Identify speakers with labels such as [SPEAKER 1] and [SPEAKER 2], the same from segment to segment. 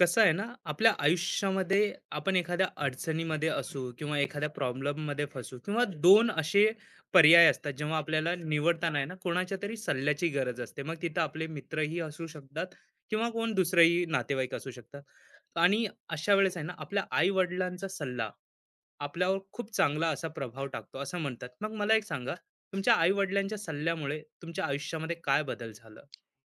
[SPEAKER 1] कसं आहे ना, आपल्या आयुष्यामध्ये आपण एखाद्या अडचणीमध्ये असू किंवा एखाद्या प्रॉब्लेम मध्ये फसू किंवा दोन असे पर्याय असतात जेव्हा आपल्याला निवडताना आहे ना, कोणाच्या तरी सल्ल्याची गरज असते. मग तिथं आपले मित्रही असू शकतात किंवा कोण दुसरेही नातेवाईक असू शकतात. आणि अशा वेळेस आहे ना, आपल्या आई वडिलांचा सल्ला आपल्यावर खूप चांगला असा प्रभाव टाकतो असं म्हणतात. मग मला एक सांगा, तुमच्या आई वडिलांच्या सल्ल्यामुळे तुमच्या आयुष्यामध्ये काय बदल झाला?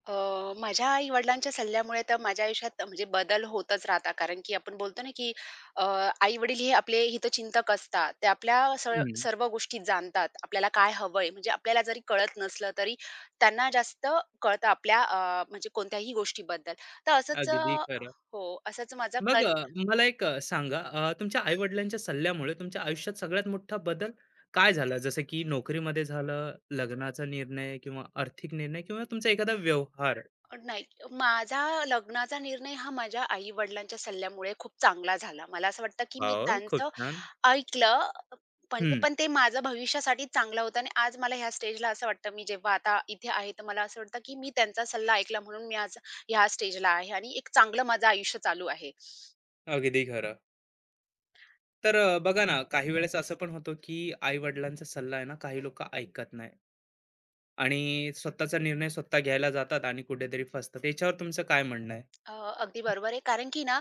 [SPEAKER 2] माझ्या आई-वडिलांच्या सल्ल्यामुळे तर माझ्या आयुष्यात म्हणजे बदल होतच राहतात. कारण की आपण बोलतो ना, की अ, आई-वडील हे आपले हितचिंतक असतात. ते आपल्या स
[SPEAKER 1] हम्म,
[SPEAKER 2] सर्व गोष्टी जाणतात. आपल्याला काय हवंय म्हणजे आपल्याला जरी कळत नसलं तरी त्यांना जास्त कळतं आपल्या म्हणजे कोणत्याही गोष्टीबद्दल. तर असंच अ,
[SPEAKER 1] अगदी खरं.
[SPEAKER 2] हो, असंच माझा
[SPEAKER 1] मग
[SPEAKER 2] कर
[SPEAKER 1] मला एक सांगा, तुमच्या आई-वडिलांच्या सल्ल्यामुळे तुमच्या आयुष्यात सगळ्यात मोठा बदल काय झाला? जसं की नोकरीमध्ये झालं, लग्नाचा निर्णय किंवा आर्थिक निर्णय किंवा तुमचा एखादा व्यवहार.
[SPEAKER 2] नाही, माझा लग्नाचा निर्णय हा माझ्या आई-वडिलांच्या सल्ल्यामुळे खूप चांगला झाला. मला असं वाटतं, की मी
[SPEAKER 1] वाह! खूप
[SPEAKER 2] त्यांचं
[SPEAKER 1] छान.
[SPEAKER 2] ऐकलं म्हणजे
[SPEAKER 1] हं,
[SPEAKER 2] पण ते माझ्या भविष्यासाठी चांगलं होतं आणि आज मला ह्या स्टेजला असं वाटतं, मी जेव्हा आता इथे आहे, तर मला असं वाटतं, की मी त्यांचा सल्ला ऐकला म्हणून मी आज ह्या स्टेजला आहे आणि एक चांगलं माझं आयुष्य चालू आहे.
[SPEAKER 1] अगदी खरं. तर बघा ना, काही वेळेस असं पण होतं की आई-वडिलांचा सल्ला आहे ना, काही लोकं ऐकत नाही आणि स्वतःचा निर्णय स्वतः घ्यायला जातात आणि कुठेतरी फसतात. याच्यावर तुमचं काय म्हणणं आहे?
[SPEAKER 2] अ, अगदी बरोबर आहे. कारण की ना,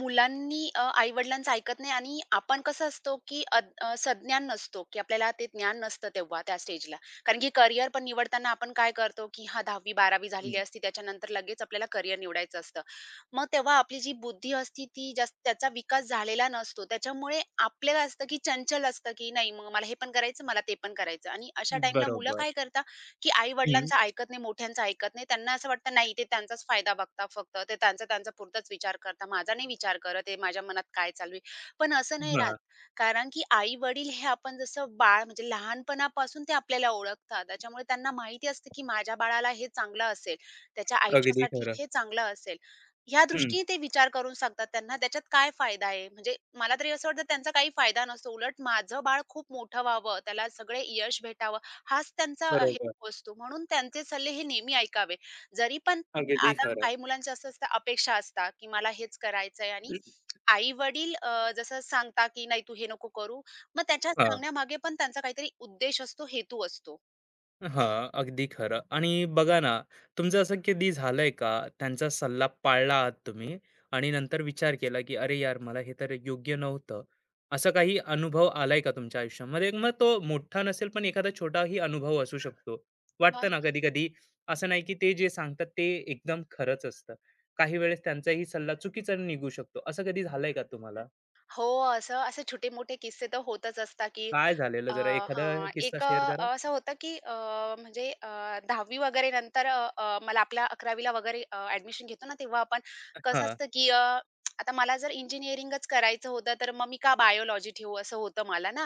[SPEAKER 2] मुलांनी आई-वडिलांचं ऐकत नाही आणि आपण कसं असतो, की सज्ञान नसतो, की आपल्याला ते ज्ञान नसतं तेव्हा त्या स्टेजला. कारण की करियर पण निवडताना आपण काय करतो, की हां, 10वी-12वी झालेली
[SPEAKER 1] हं.
[SPEAKER 2] असते. त्याच्यानंतर लगेच आपल्याला करियर निवडायचं असतं. मग तेव्हा आपली जी बुद्धी असते ती जास्त त्याचा विकास झालेला नसतो. त्याच्यामुळे आपल्याला असतं, की चंचल असतं, की नाही मग मला हे पण करायचं, मला ते पण करायचं आणि अशा टाईमला मुलं
[SPEAKER 1] बरोबर.
[SPEAKER 2] काय करतात की
[SPEAKER 1] हं.
[SPEAKER 2] आई-वडिलांचं ऐकत नाही, मोठ्यांचं ऐकत नाही. त्यांना असं वाटतं नाही ते त्यांचाच फायदा बघतात फक्त. ते त्यांचा त्यांचा पुरताच विचार करतात. माझा नाही विचार करत आहे माझ्या मनात काय चालू आहे. पण असं नाही राहत.
[SPEAKER 1] हां,
[SPEAKER 2] कारण की आई-वडील हे आपण जसं बाळ म्हणजे लहानपणापासून ते आपल्याला ओळखतात. त्याच्यामुळे त्यांना माहिती असतं की माझ्या बाळाला हे चांगलं असेल, त्याच्या
[SPEAKER 1] अगदी
[SPEAKER 2] आयुष्यासाठी
[SPEAKER 1] खरं.
[SPEAKER 2] हे चांगलं असेल. ह्या
[SPEAKER 1] हं,
[SPEAKER 2] दृष्टीने ते विचार करून सांगतात त्यांना त्याच्यात काय फायदा आहे. म्हणजे मला तरी असं वाटतं त्यांचा काही फायदा नसतो. उलट माझं बाळ खूप मोठं व्हावं, त्याला सगळे यश भेटावं हाच त्यांचा
[SPEAKER 1] बरोबर.
[SPEAKER 2] हेतू असतो. म्हणून त्यांचे सल्ले हे नेहमी ऐकावे. जरी पण
[SPEAKER 1] अगदी
[SPEAKER 2] आता
[SPEAKER 1] खरं.
[SPEAKER 2] काही मुलांच्या असं असतं अपेक्षा असतात, की मला हेच करायचंय आणि आई-वडील जसं सांगता, की "नाही तू हे नको करू." मग त्याच्या
[SPEAKER 1] हां,
[SPEAKER 2] सांगण्यामागे पण त्यांचा काहीतरी उद्देश असतो, हेतू असतो.
[SPEAKER 1] हां, अगदी खरं. आणि बघा ना, तुमचं असं कधी झालंय का, त्यांचा सल्ला पाळला आहात तुम्ही आणि नंतर विचार केला, की "अरे यार, मला हे तर योग्य नव्हतं." असा काही अनुभव आलाय का तुमच्या आयुष्यामध्ये? मग तो मोठा नसेल, पण एखादा छोटाही अनुभव असू शकतो.
[SPEAKER 2] हां.
[SPEAKER 1] वाटतं ना कधी-कधी, असं नाही, की ते जे सांगतात ते एकदम खरंच असतं. काही वेळेस त्यांचाही सल्ला चुकीचा निघू शकतो. असं कधी झालंय का तुम्हाला?
[SPEAKER 2] हो, असं असे छोटे-मोठे किस्से तर होतच असतात, की
[SPEAKER 1] काय झालेलं?
[SPEAKER 2] अ,
[SPEAKER 1] जरा एखादा
[SPEAKER 2] हां,
[SPEAKER 1] किस्सा
[SPEAKER 2] एक अ,
[SPEAKER 1] शेअर करा.
[SPEAKER 2] असं होतं, की म्हणजे अ, 10वी वगैरे नंतर अ, अ, मला आपल्या 11वीला वगैरे ॲडमिशन घेतो ना, तेव्हा आपण कसं
[SPEAKER 1] हां,
[SPEAKER 2] असतं, की आता मला जर इंजिनिअरिंगच करायचं होतं, तर मग मी का बायोलॉजी ठेवू असं होतं मला ना.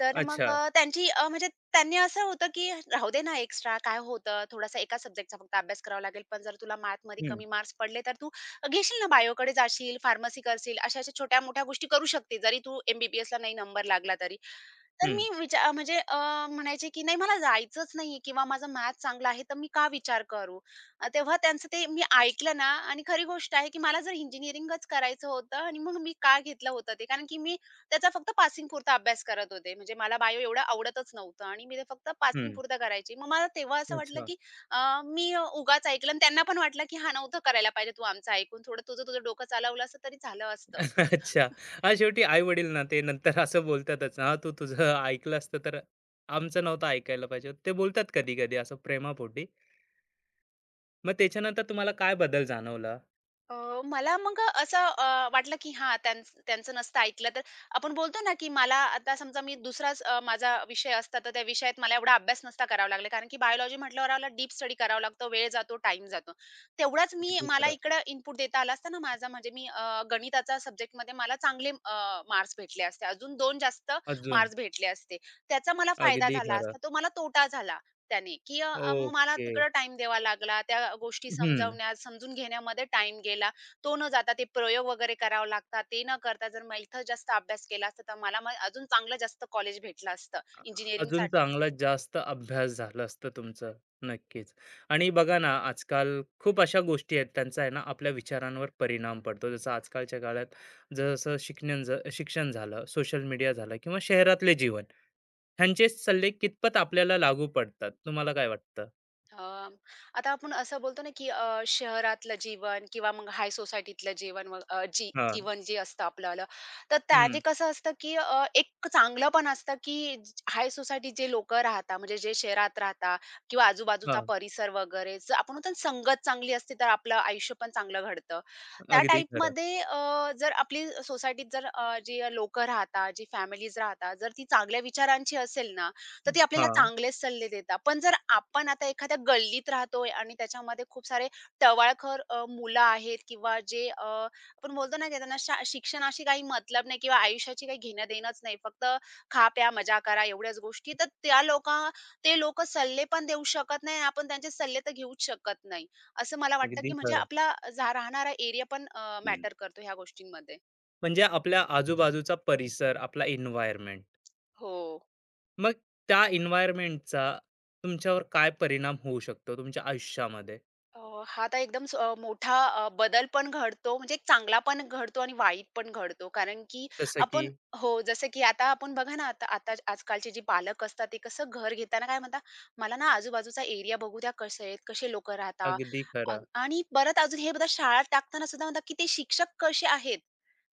[SPEAKER 2] तर मग
[SPEAKER 1] अच्छा.
[SPEAKER 2] अ, त्यांची अ, म्हणजे त्यांनी असं होतं, की राहू दे ना एक्स्ट्रा काय होतं, थोडासा एका सब्जेक्टचा फक्त अभ्यास करावा लागेल, पण जर तुला मॅथमध्ये
[SPEAKER 1] हं,
[SPEAKER 2] कमी मार्क्स पडले, तर तू घेशील ना बायोकडे जाशील, फार्मसी करशील, अशा-अशा छोट्या-मोठ्या गोष्टी करू शकते, जरी तू एम बी नाही नंबर लागला तरी. तर
[SPEAKER 1] हं,
[SPEAKER 2] मी विचा म्हणजे अ, म्हणायचे की "नाही मला जायचंच नाहीये किंवा माझा मॅथ चांगला आहे, तर मी का विचार करू?" तेव्हा त्यांचं ते मी ऐकलं ना आणि खरी गोष्ट आहे की मला जर इंजिनिअरिंगच करायचं होतं आणि मग मी का घेतलं होतं ते. कारण की मी त्याचा फक्त पासिंगपुरता अभ्यास करत होते. म्हणजे मला बायो एवढं आवडतच नव्हतं आणि मी ते फक्त
[SPEAKER 1] हं.
[SPEAKER 2] पासिंगपुरतं करायची. मग मला तेव्हा असं वाटलं
[SPEAKER 1] अच्छा.
[SPEAKER 2] की मी उगाच ऐकलं आणि त्यांना पण वाटलं की "हां, नव्हतं करायला पाहिजे तू आमचं ऐकून. थोडं तुझं तुझं डोकं चालवलं असतं तरी झालं असतं."
[SPEAKER 1] अच्छा. हां, शेवटी आई-वडील ना, ते नंतर असं बोलतातच, "हां, तू तुझं ऐकलं असतं तर आमचं नव्हतं ऐकायला पाहिजे होतं." ते बोलतात कधी-कधी असं प्रेमापोटी. मग त्याच्यानंतर तुम्हाला काय बदल जाणवला?
[SPEAKER 2] अ, मला मग वाटलं की हां, त्यांचं त्यांचं नसतं ऐकलं तर आपण बोलतो ना, की मला आता समजा मी दुसराच माझा विषय असता, तर त्या विषयात मला एवढा अभ्यास नसता करावा लागला. कारण की बायोलॉजी म्हटल्यावर मला डीप स्टडी करावा लागतो, वेळ जातो, टाईम जातो. तेवढाच मी
[SPEAKER 1] अगदी
[SPEAKER 2] मला
[SPEAKER 1] खरं.
[SPEAKER 2] इकडं इनपुट देता आला असता ना माझा, म्हणजे मी गणिताचा सब्जेक्टमध्ये मला चांगले मार्क्स भेटले असते. अजून 2 जास्त
[SPEAKER 1] अजून.
[SPEAKER 2] मार्क्स भेटले असते. त्याचा मला फायदा
[SPEAKER 1] अगदी
[SPEAKER 2] झाला
[SPEAKER 1] खरं.
[SPEAKER 2] असता, तो मला तोटा झाला. मग मला
[SPEAKER 1] ओके.
[SPEAKER 2] तिकडं टाईम द्यावा लागला. त्या गोष्टी
[SPEAKER 1] हं.
[SPEAKER 2] समजावण्यात, समजून घेण्यामध्ये टाईम गेला. तो न जाता ते प्रयोग वगैरे करावे लागतात. ते न करता जर मी इथं जास्त अभ्यास केला असता, तर मला मग अजून चांगलं जास्त कॉलेज भेटलं असतं
[SPEAKER 1] अ, अजून
[SPEAKER 2] इंजिनिअरिंगसाठी.
[SPEAKER 1] चांगला जास्त अभ्यास झालं असतं तुमचं. नक्कीच. आणि बघा ना, आजकाल खूप अशा गोष्टी आहेत, त्यांचा आहे ना, आपल्या विचारांवर परिणाम पडतो. जसं आजकालच्या काळात, जसं शिकण्यांचं शिक्षण झालं, सोशल मीडिया झालं किंवा शहरातले जीवन. ह्यांचे सल्ले कितपत आपल्याला लागू पडतात? तुम्हाला काय वाटतं?
[SPEAKER 2] अं, आता आपण असं बोलतो ना, की शहरातलं जीवन किंवा मग हाय सोसायटीतलं जीवन मग जी
[SPEAKER 1] हां.
[SPEAKER 2] जीवन जे असतं आपल्याला, तर त्याने
[SPEAKER 1] हं.
[SPEAKER 2] कसं असतं, की एक चांगलं पण असतं, की हाय सोसायटीत जे लोकं राहतात, म्हणजे जे शहरात राहतात किंवा आजूबाजूचा
[SPEAKER 1] हां.
[SPEAKER 2] परिसर वगैरे, जर आपण म्हणतो ना, संगत चांगली असते, तर आपलं आयुष्य पण चांगलं घडतं. त्या
[SPEAKER 1] अगदी खरं.
[SPEAKER 2] टाईपमध्ये जर आपली सोसायटीत जर जी लोकं राहतात, जी फॅमिलीज राहतात, जर ती चांगल्या विचारांची असेल ना, तर ती आपल्याला
[SPEAKER 1] हां.
[SPEAKER 2] चांगलेच सल्ले देतात. पण जर आपण आता एखाद्या गल्लीत राहतोय आणि त्याच्यामध्ये खूप सारे टवाळखोर मुलं आहेत किंवा जे आपण बोलतो ना की त्यांना शिक्षणाशी काही मतलब नाही किंवा आयुष्याची काही घेणं-देणंच नाही. फक्त खा-प्या, मजा करा एवढ्याच गोष्टी. तर त्या लोकां ते लोकं सल्ले पण देऊ शकत नाही आणि आपण त्यांचे सल्ले तर घेऊच शकत नाही. असं मला वाटतं
[SPEAKER 1] अगदी
[SPEAKER 2] की म्हणजे
[SPEAKER 1] खरं.
[SPEAKER 2] आपला राहणारा एरिया पण
[SPEAKER 1] हं.
[SPEAKER 2] मॅटर करतो ह्या गोष्टींमध्ये.
[SPEAKER 1] म्हणजे आपल्या आजूबाजूचा परिसर, आपला एन्व्हायर्नमेंट.
[SPEAKER 2] हो.
[SPEAKER 1] मग त्या एन्व्हायर्नमेंटचा तुमच्यावर काय परिणाम होऊ शकतो तुमच्या आयुष्यामध्ये?
[SPEAKER 2] अ, हा तर एकदम मोठा बदल पण घडतो, म्हणजे एक चांगला पण घडतो आणि वाईट पण घडतो. कारण की
[SPEAKER 1] जसं की
[SPEAKER 2] आपण हो, जसं की आता आपण बघा ना, आता आता आजकालचे जे पालक असतात, ते कसं घर घेताना काय म्हणतात, "मला ना आजूबाजूचा एरिया बघू द्या कसे आहेत, कसे लोकं राहतात."
[SPEAKER 1] अगदी
[SPEAKER 2] अ,
[SPEAKER 1] खरं.
[SPEAKER 2] आणि परत अजून हे बघा शाळा टाकताना सुद्धा म्हणतात, की ते शिक्षक कसे आहेत,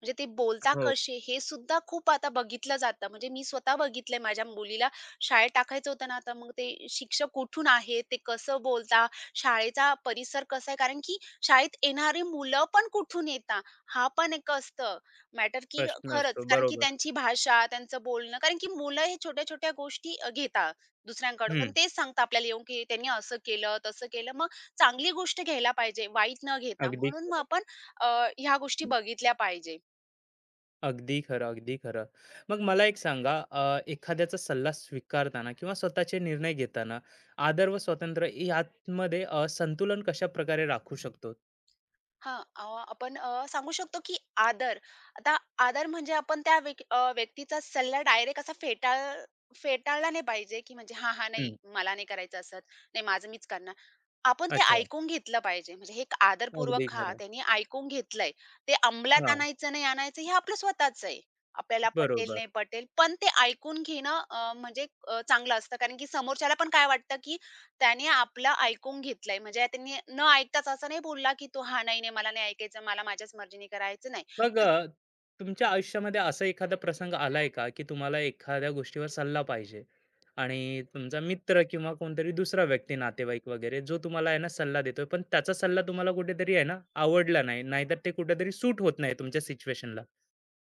[SPEAKER 2] म्हणजे ते बोलता
[SPEAKER 1] हो,
[SPEAKER 2] कसे, हे सुद्धा खूप आता बघितलं जातं. म्हणजे मी स्वतः बघितलंय माझ्या मुलीला शाळेत टाकायचं होतं ना, तर मग ते शिक्षक कुठून आहेत, ते कसं बोलता शाळेचा परिसर कसा आहे कारण की शाळेत येणारी मुलं पण कुठून येतात हा पण एक असतं मॅटर की
[SPEAKER 1] प्रश्न असतो.
[SPEAKER 2] खरंच कारण की
[SPEAKER 1] बरोबर.
[SPEAKER 2] त्यांची भाषा, त्यांचं बोलणं कारण की मुलं हे छोट्या-छोट्या गोष्टी घेतात दुसऱ्यांकडून आणि
[SPEAKER 1] हं.
[SPEAKER 2] तेच सांगतात आपल्याला येऊन की त्यांनी असं केलं, तसं केलं. मग चांगली गोष्ट घ्यायला पाहिजे, वाईट न घेता.
[SPEAKER 1] अगदी
[SPEAKER 2] म्हणून मग
[SPEAKER 1] खरं.
[SPEAKER 2] आपण अ, ह्या गोष्टी बघितल्या पाहिजे.
[SPEAKER 1] अगदी खरं, अगदी खरं. मग मला एक सांगा, एखाद्याचा सल्ला स्वीकारताना किंवा स्वतःचे निर्णय घेताना आदर व स्वातंत्र्य यामध्ये संतुलन कशा प्रकारे राखू शकतो?
[SPEAKER 2] हां, अ, आपण अ, सांगू शकतो, की आदर. आता आदर म्हणजे आपण त्या व्यक्तीचा सल्ला डायरेक्ट असा फेटाळला नाही पाहिजे, की म्हणजे "हां, हां, नाही,
[SPEAKER 1] हं.
[SPEAKER 2] मला नाही करायचं असत. नाही, माझं मीच करणार." आपण ते
[SPEAKER 1] अच्छा,
[SPEAKER 2] ऐकून घेतलं पाहिजे. म्हणजे हे एक
[SPEAKER 1] अगदी
[SPEAKER 2] आदरपूर्वक हां,
[SPEAKER 1] खरं.
[SPEAKER 2] त्यांनी ऐकून घेतलंय. ते अंमलात
[SPEAKER 1] हां,
[SPEAKER 2] आणायचं नाही आणायचं हे आपलं स्वतःचं आहे. आपल्याला पटेल
[SPEAKER 1] बरोबर.
[SPEAKER 2] नाही पटेल, पण ते ऐकून घेणं चांगलं असतं. कारण की समोरच्याला पण काय वाटतं, की त्याने आपलं ऐकून घेतलंय. म्हणजे त्यांनी न ऐकताच असं नाही बोलला, की तो "हां, नाही, नाही, मला नाही ऐकायचं. मला माझ्याच मर्जीने करायचं नाही."
[SPEAKER 1] मग तुमच्या आयुष्यामध्ये असा एखादा प्रसंग आलाय का, की तुम्हाला एखाद्या गोष्टीवर सल्ला पाहिजे आणि तुमचा मित्र किंवा कोणतरी दुसरा व्यक्ती, नातेवाईक वगैरे जो तुम्हाला आहे ना, सल्ला देतोय, पण त्याचा सल्ला तुम्हाला कुठेतरी आहे ना, आवडला नाही, नाहीतर ते कुठेतरी सूट होत नाही तुमच्या सिच्युएशनला.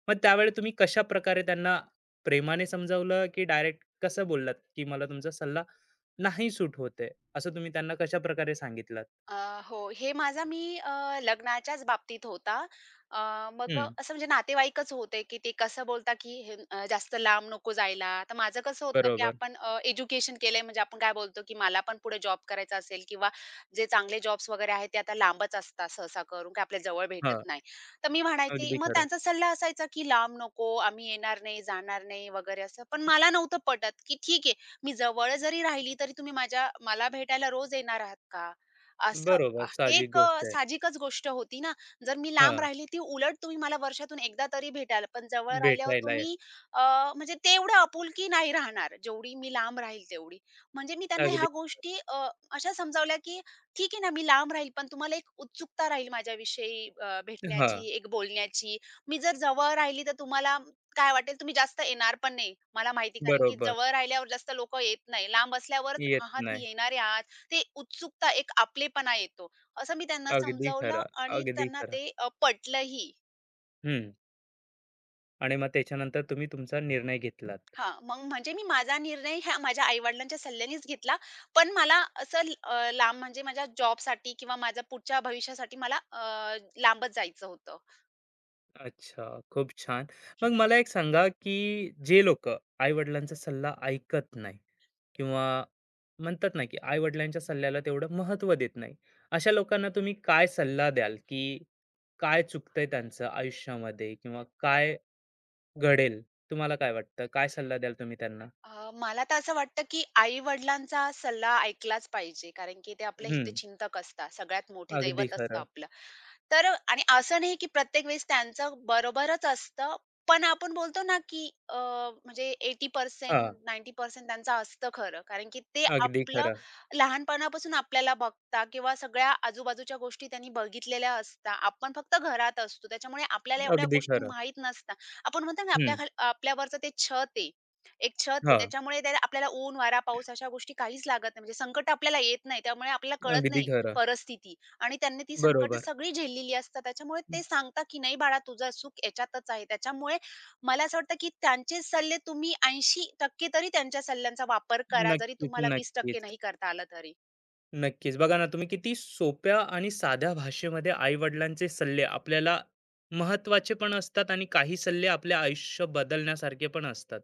[SPEAKER 1] मग त्यावेळी तुम्ही कशाप्रकारे त्यांना प्रेमाने समजावलं, की डायरेक्ट कसं बोललात, की मला तुमचा सल्ला नाही सूट होत, असं तुम्ही त्यांना कशाप्रकारे सांगितलात?
[SPEAKER 2] हो, हे माझा मी लग्नाच्याच बाबतीत होता. अ,
[SPEAKER 1] हं,
[SPEAKER 2] असं म्हणजे नातेवाईकच होते, की ते कसं बोलता की हे जास्त लांब नको जायला. तर माझं कसं होतं, की
[SPEAKER 1] बरोबर.
[SPEAKER 2] आपण एज्युकेशन केलंय म्हणजे आपण काय बोलतो, की मला पण पुढे जॉब करायचा असेल किंवा जे चांगले जॉब्स वगैरे आहेत ते आता लांबच असतात सहसा करून, की आपल्या जवळ
[SPEAKER 1] हां,
[SPEAKER 2] भेटत नाही. तर मी म्हणायची
[SPEAKER 1] अगदी
[SPEAKER 2] मग
[SPEAKER 1] खरं.
[SPEAKER 2] त्यांचा सल्ला असायचा, की लांब नको, आम्ही येणार नाही, जाणार नाही वगैरे असं. पण मला नव्हतं पटत, की ठीक आहे, मी जवळ जरी राहिली तरी तुम्ही माझ्या मला भेटायला रोज येणार आहात का? असं
[SPEAKER 1] बरोबर,
[SPEAKER 2] हे
[SPEAKER 1] साहजिक
[SPEAKER 2] एक
[SPEAKER 1] गोष्ट आहे.
[SPEAKER 2] साहजिकच गोष्ट होती ना. जर मी लांब
[SPEAKER 1] हां,
[SPEAKER 2] राहिली ती उलट तुम्ही मला वर्षातून एकदा तरी भेटाल, पण जवळ राहिल्यावर
[SPEAKER 1] भेटायला या.
[SPEAKER 2] तुम्ही अ, म्हणजे तेवढं आपुलकी नाही राहणार, जेवढी मी लांब राहील तेवढी. म्हणजे मी त्यांना
[SPEAKER 1] अगदी
[SPEAKER 2] ह्या गोष्टी अशा समजावल्या, की ठीक आहे ना, मी लांब राहील, पण तुम्हाला एक उत्सुकता राहील माझ्याविषयी
[SPEAKER 1] हां,
[SPEAKER 2] भेटण्याची, एक बोलण्याची. मी जर जवळ राहिली तर तुम्हाला काय वाटेल, तुम्ही जास्त येणार पण नाही. मला माहिती कारण की
[SPEAKER 1] बरोबर.
[SPEAKER 2] जवळ राहिल्यावर जास्त लोकं येत नाही. लांब असल्यावरच,
[SPEAKER 1] येत
[SPEAKER 2] "हां, हां, ती
[SPEAKER 1] नाही.
[SPEAKER 2] येणार आहे आज." ते उत्सुकता, एक आपलेपणा येतो. असं मी त्यांना
[SPEAKER 1] अगदी
[SPEAKER 2] समजावलं
[SPEAKER 1] खरं,
[SPEAKER 2] आणि
[SPEAKER 1] अगदी
[SPEAKER 2] त्यांना
[SPEAKER 1] खरं.
[SPEAKER 2] ते पटलंही.
[SPEAKER 1] हं. आणि मग त्याच्यानंतर तुम्ही तुमचा निर्णय घेतलात.
[SPEAKER 2] हां, मग म्हणजे मी माझा निर्णय ह्या माझ्या आई-वडिलांच्या सल्ल्यानेच घेतला. पण मला असं लांब म्हणजे माझ्या जॉबसाठी किंवा माझ्या पुढच्या भविष्यासाठी मला लांबच जायचं होतं.
[SPEAKER 1] अच्छा, खूप छान. मग मला एक सांगा, की जे लोक आई-वडिलांचा सल्ला ऐकत नाही किंवा म्हणतात ना, की आई-वडिलांच्या सल्ल्याला तेवढं महत्त्व देत नाही. अशा लोकांना तुम्ही काय सल्ला द्याल, की काय चुकतंय त्यांचं आयुष्यामध्ये किंवा काय घडेल? तुम्हाला काय वाटतं? काय सल्ला द्याल तुम्ही त्यांना?
[SPEAKER 2] मला तर असं वाटतं, की आई-वडिलांचा सल्ला ऐकलाच पाहिजे. कारण की ते आपल्या हितचिंतक असतात. सगळ्यात मोठे
[SPEAKER 1] अगदी
[SPEAKER 2] दैवत असतं
[SPEAKER 1] खरं.
[SPEAKER 2] आपलं. तर आणि असं नाही की प्रत्येक वेळेस त्यांचं बरोबरच असतं. पण आपण बोलतो ना की म्हणजे 80%
[SPEAKER 1] हां,
[SPEAKER 2] 90% त्यांचं असतं खरं. कारण की ते
[SPEAKER 1] अगदी
[SPEAKER 2] आपलं
[SPEAKER 1] खरं,
[SPEAKER 2] लहानपणापासून आपल्याला बघता किंवा सगळ्या आजूबाजूच्या गोष्टी त्यांनी बघितलेल्या असतात. आपण फक्त घरात असतो. त्याच्यामुळे आपल्याला एवढ्या
[SPEAKER 1] अगदी
[SPEAKER 2] गोष्टी
[SPEAKER 1] खरं.
[SPEAKER 2] माहीत नसतात. आपण म्हणतो ना आपल्या
[SPEAKER 1] हं,
[SPEAKER 2] आपल्यावरचं ते छत आहे. एक छत आहे.
[SPEAKER 1] हां,
[SPEAKER 2] त्याच्यामुळे त्या आपल्याला ऊन, वारा, पाऊस अशा गोष्टी काहीच लागत नाही. म्हणजे संकट आपल्याला येत नाही. त्यामुळे आपल्याला कळत
[SPEAKER 1] अगदी
[SPEAKER 2] नाही
[SPEAKER 1] खरं.
[SPEAKER 2] परिस्थिती. आणि त्यांनी ती संकटं
[SPEAKER 1] बरोबर.
[SPEAKER 2] सगळी झेललेली असतात. त्याच्यामुळे ते सांगतात, की "नाही बाळा, तुझा सुख याच्यातच आहे." त्याच्यामुळे मला असं वाटतं, की त्यांचे सल्ले तुम्ही 80% तरी त्यांच्या सल्ल्यांचा वापर करा, जरी
[SPEAKER 1] नक्कीच,
[SPEAKER 2] तुम्हाला 20%
[SPEAKER 1] नक्कीच,
[SPEAKER 2] नाही करता आलं तरी.
[SPEAKER 1] नक्कीच. बघा ना, तुम्ही किती सोप्या आणि साध्या भाषेमध्ये आई-वडिलांचे सल्ले आपल्याला महत्वाचे पण असतात आणि काही सल्ले आपले आयुष्य बदलण्यासारखे पण असतात.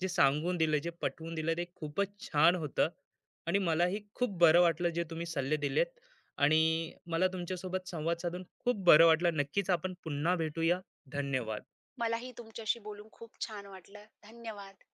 [SPEAKER 1] जे सांगून दिलं, जे पटवून दिलं ते खूपच छान होतं आणि मलाही खूप बरं वाटलं जे तुम्ही सल्ले दिलेत. आणि मला तुमच्यासोबत संवाद साधून खूप बरं वाटलं. नक्कीच आपण पुन्हा भेटूया. धन्यवाद.
[SPEAKER 2] मलाही तुमच्याशी बोलून खूप छान वाटलं. धन्यवाद.